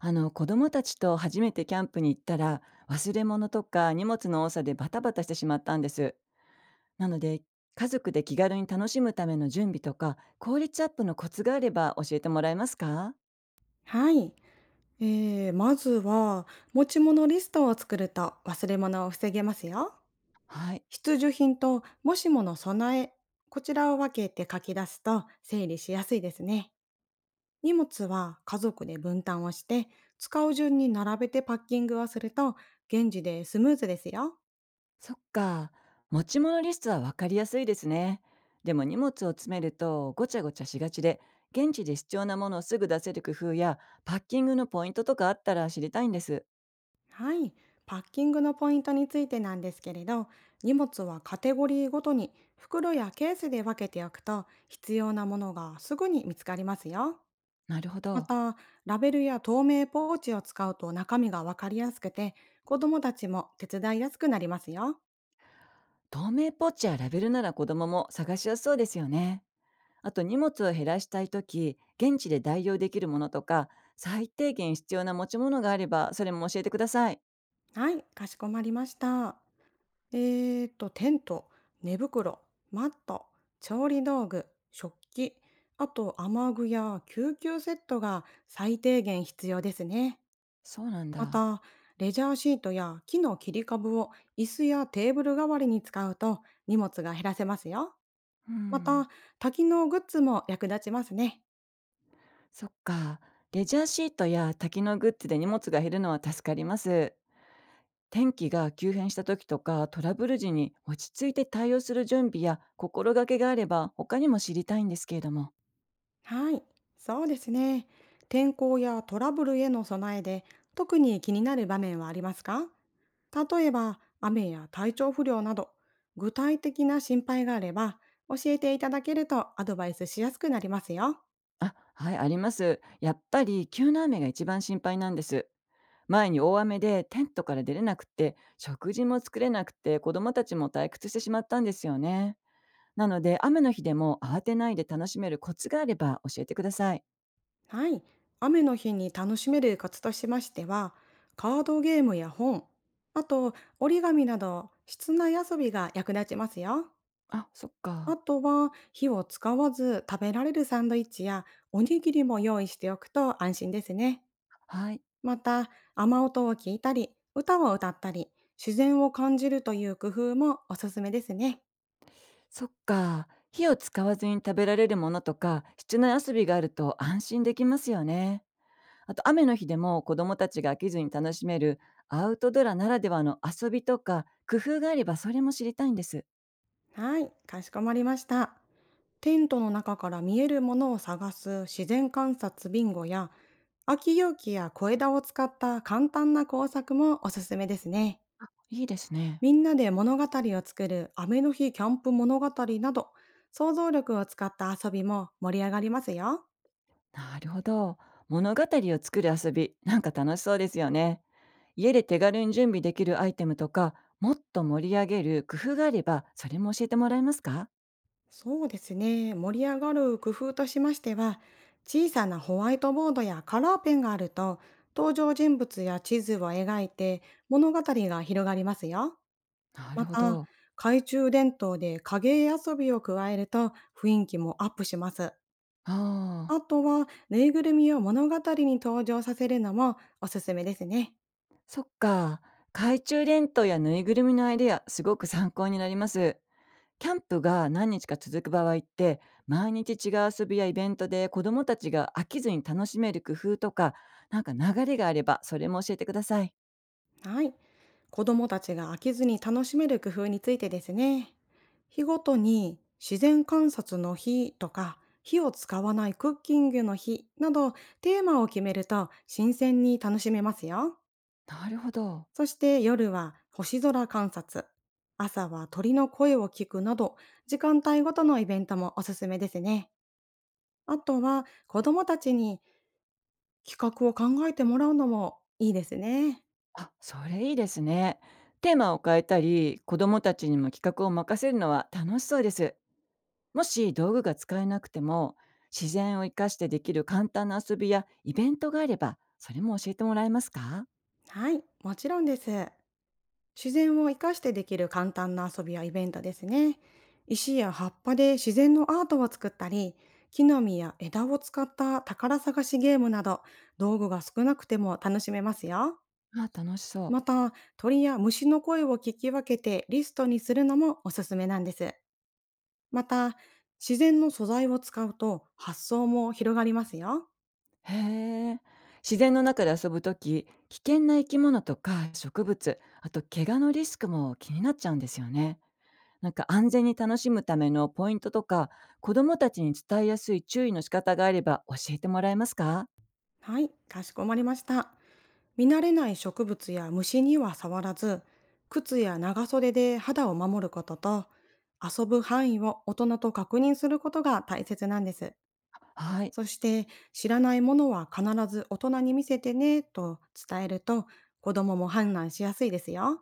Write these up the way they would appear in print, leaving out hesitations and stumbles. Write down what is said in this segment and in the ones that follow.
子供たちと初めてキャンプに行ったら、忘れ物とか荷物の多さでバタバタしてしまったんです。なので、家族で気軽に楽しむための準備とか効率アップのコツがあれば教えてもらえますか？はい。まずは、持ち物リストを作ると忘れ物を防げますよ。はい。必需品ともしもの備え、こちらを分けて書き出すと整理しやすいですね。荷物は家族で分担をして、使う順に並べてパッキングをすると、現地でスムーズですよ。そっか。持ち物リストはわかりやすいですね。でも、荷物を詰めるとごちゃごちゃしがちで、現地で必要なものをすぐ出せる工夫やパッキングのポイントとかあったら知りたいんです。はい。パッキングのポイントについてなんですけれど、荷物はカテゴリーごとに袋やケースで分けておくと、必要なものがすぐに見つかりますよ。なるほまど。た、ラベルや透明ポーチを使うと中身がわかりやすくて、子供たちも手伝いやすくなりますよ。透明ポッチやラベルなら子供も探しやすそうですよね。あと、荷物を減らしたいとき、現地で代用できるものとか、最低限必要な持ち物があれば、それも教えてください。はい、かしこまりました。えテント、寝袋、マット、調理道具、食器、あと雨具や救急セットが最低限必要ですね。そうなんまだ。た、レジャーシートや木の切り株を椅子やテーブル代わりに使うと荷物が減らせますよ。うまん。た、多機能グッズも役立ちますね。そっか。レジャーシートや多機能グッズで荷物が減るのは助かります。天気が急変した時とかトラブル時に落ち着いて対応する準備や心がけがあれば他にも知りたいんですけれども。はい、そうですね。天候やトラブルへの備えで特に気になる場面はありますか？例えば雨や体調不良など具体的な心配があれば教えていただけるとアドバイスしやすくなりますよ。あ、はい、あります。やっぱり急な雨が一番心配なんです。前に大雨でテントから出れなくて、食事も作れなくて、子供たちも退屈してしまったんですよね。なので、雨の日でも慌てないで楽しめるコツがあれば教えてください。はい、雨の日に楽しめるコツとしましてはカードゲームや本、あと折り紙など室内遊びが役立ちますよ。あ、そっあか。とは火を使わず食べられるサンドイッチやおにぎりも用意しておくと安心ですね。はい。また雨音を聞いたり歌を歌ったり自然を感じるという工夫もおすすめですね。そっか。火を使わずに食べられるものとか室内遊びがあると安心できますよね。あと、雨の日でも子供たちが飽きずに楽しめるアウトドラならではの遊びとか工夫があれば、それも知りたいんです。はい、かしこまりました。テントの中から見えるものを探す自然観察ビンゴや空き容器や小枝を使った簡単な工作もおすすめですね。いいですね。みんなで物語を作る雨の日キャンプ物語など、想像力を使った遊びも盛り上がりますよ。なるほど。物語を作る遊び、なんか楽しそうですよね。家で手軽に準備できるアイテムとか、もっと盛り上げる工夫があれば、それも教えてもらえますか？そうですね。盛り上がる工夫としましては、小さなホワイトボードやカラーペンがあると、登場人物や地図を描いて物語が広がりますよ。なるまほた、ど。懐中電灯で影絵遊びを加えると雰囲気もアップします。ああ、あとは、ぬいぐるみを物語に登場させるのもおすすめですね。そっか。懐中電灯やぬいぐるみのアイデア、すごく参考になります。キャンプが何日か続く場合って、毎日違う遊びやイベントで子供たちが飽きずに楽しめる工夫とか、なんか流れがあれば、それも教えてください。はい。子供たちが飽きずに楽しめる工夫についてですね。日ごとに自然観察の日とか、火を使わないクッキングの日などテーマを決めると新鮮に楽しめますよ。なるほど。そして夜は星空観察、朝は鳥の声を聞くなど時間帯ごとのイベントもおすすめですね。あとは子供たちに企画を考えてもらうのもいいですね。あ、それいいですね。テーマを変えたり、子どもたちにも企画を任せるのは楽しそうです。もし道具が使えなくても、自然を生かしてできる簡単な遊びやイベントがあれば、それも教えてもらえますか？はい、もちろんです。自然を生かしてできる簡単な遊びやイベントですね。石や葉っぱで自然のアートを作ったり、木の実や枝を使った宝探しゲームなど、道具が少なくても楽しめますよ。あ、楽しそまた、鳥や虫の声を聞き分けてリストにするのもおすすめなんです。また、自然の素材を使うと発想も広がりますよ。う。へえ。自然の中で遊ぶとき、危険な生き物とか植物、あと怪我のリスクも気になっちゃうんですよね。なんか安全に楽しむためのポイントとか、子どもたちに伝えやすい注意の仕方があれば教えてもらえますか？はい、かしこまりました。見慣れない植物や虫には触らず、靴や長袖で肌を守ることと、遊ぶ範囲を大人と確認することが大切なんです。はい、そして、知らないものは必ず大人に見せてねと伝えると、子供も判断しやすいですよ。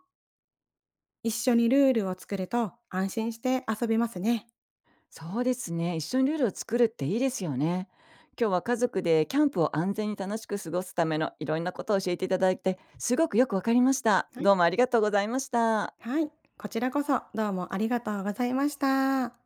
一緒にルールを作ると安心して遊べますね。そうですね。一緒にルールを作るっていいですよね。今日は家族でキャンプを安全に楽しく過ごすためのいろんなことを教えていただいて、すごくよくわかりました。はどうい。もありがとうございました。はい。こちらこそどうもありがとうございました。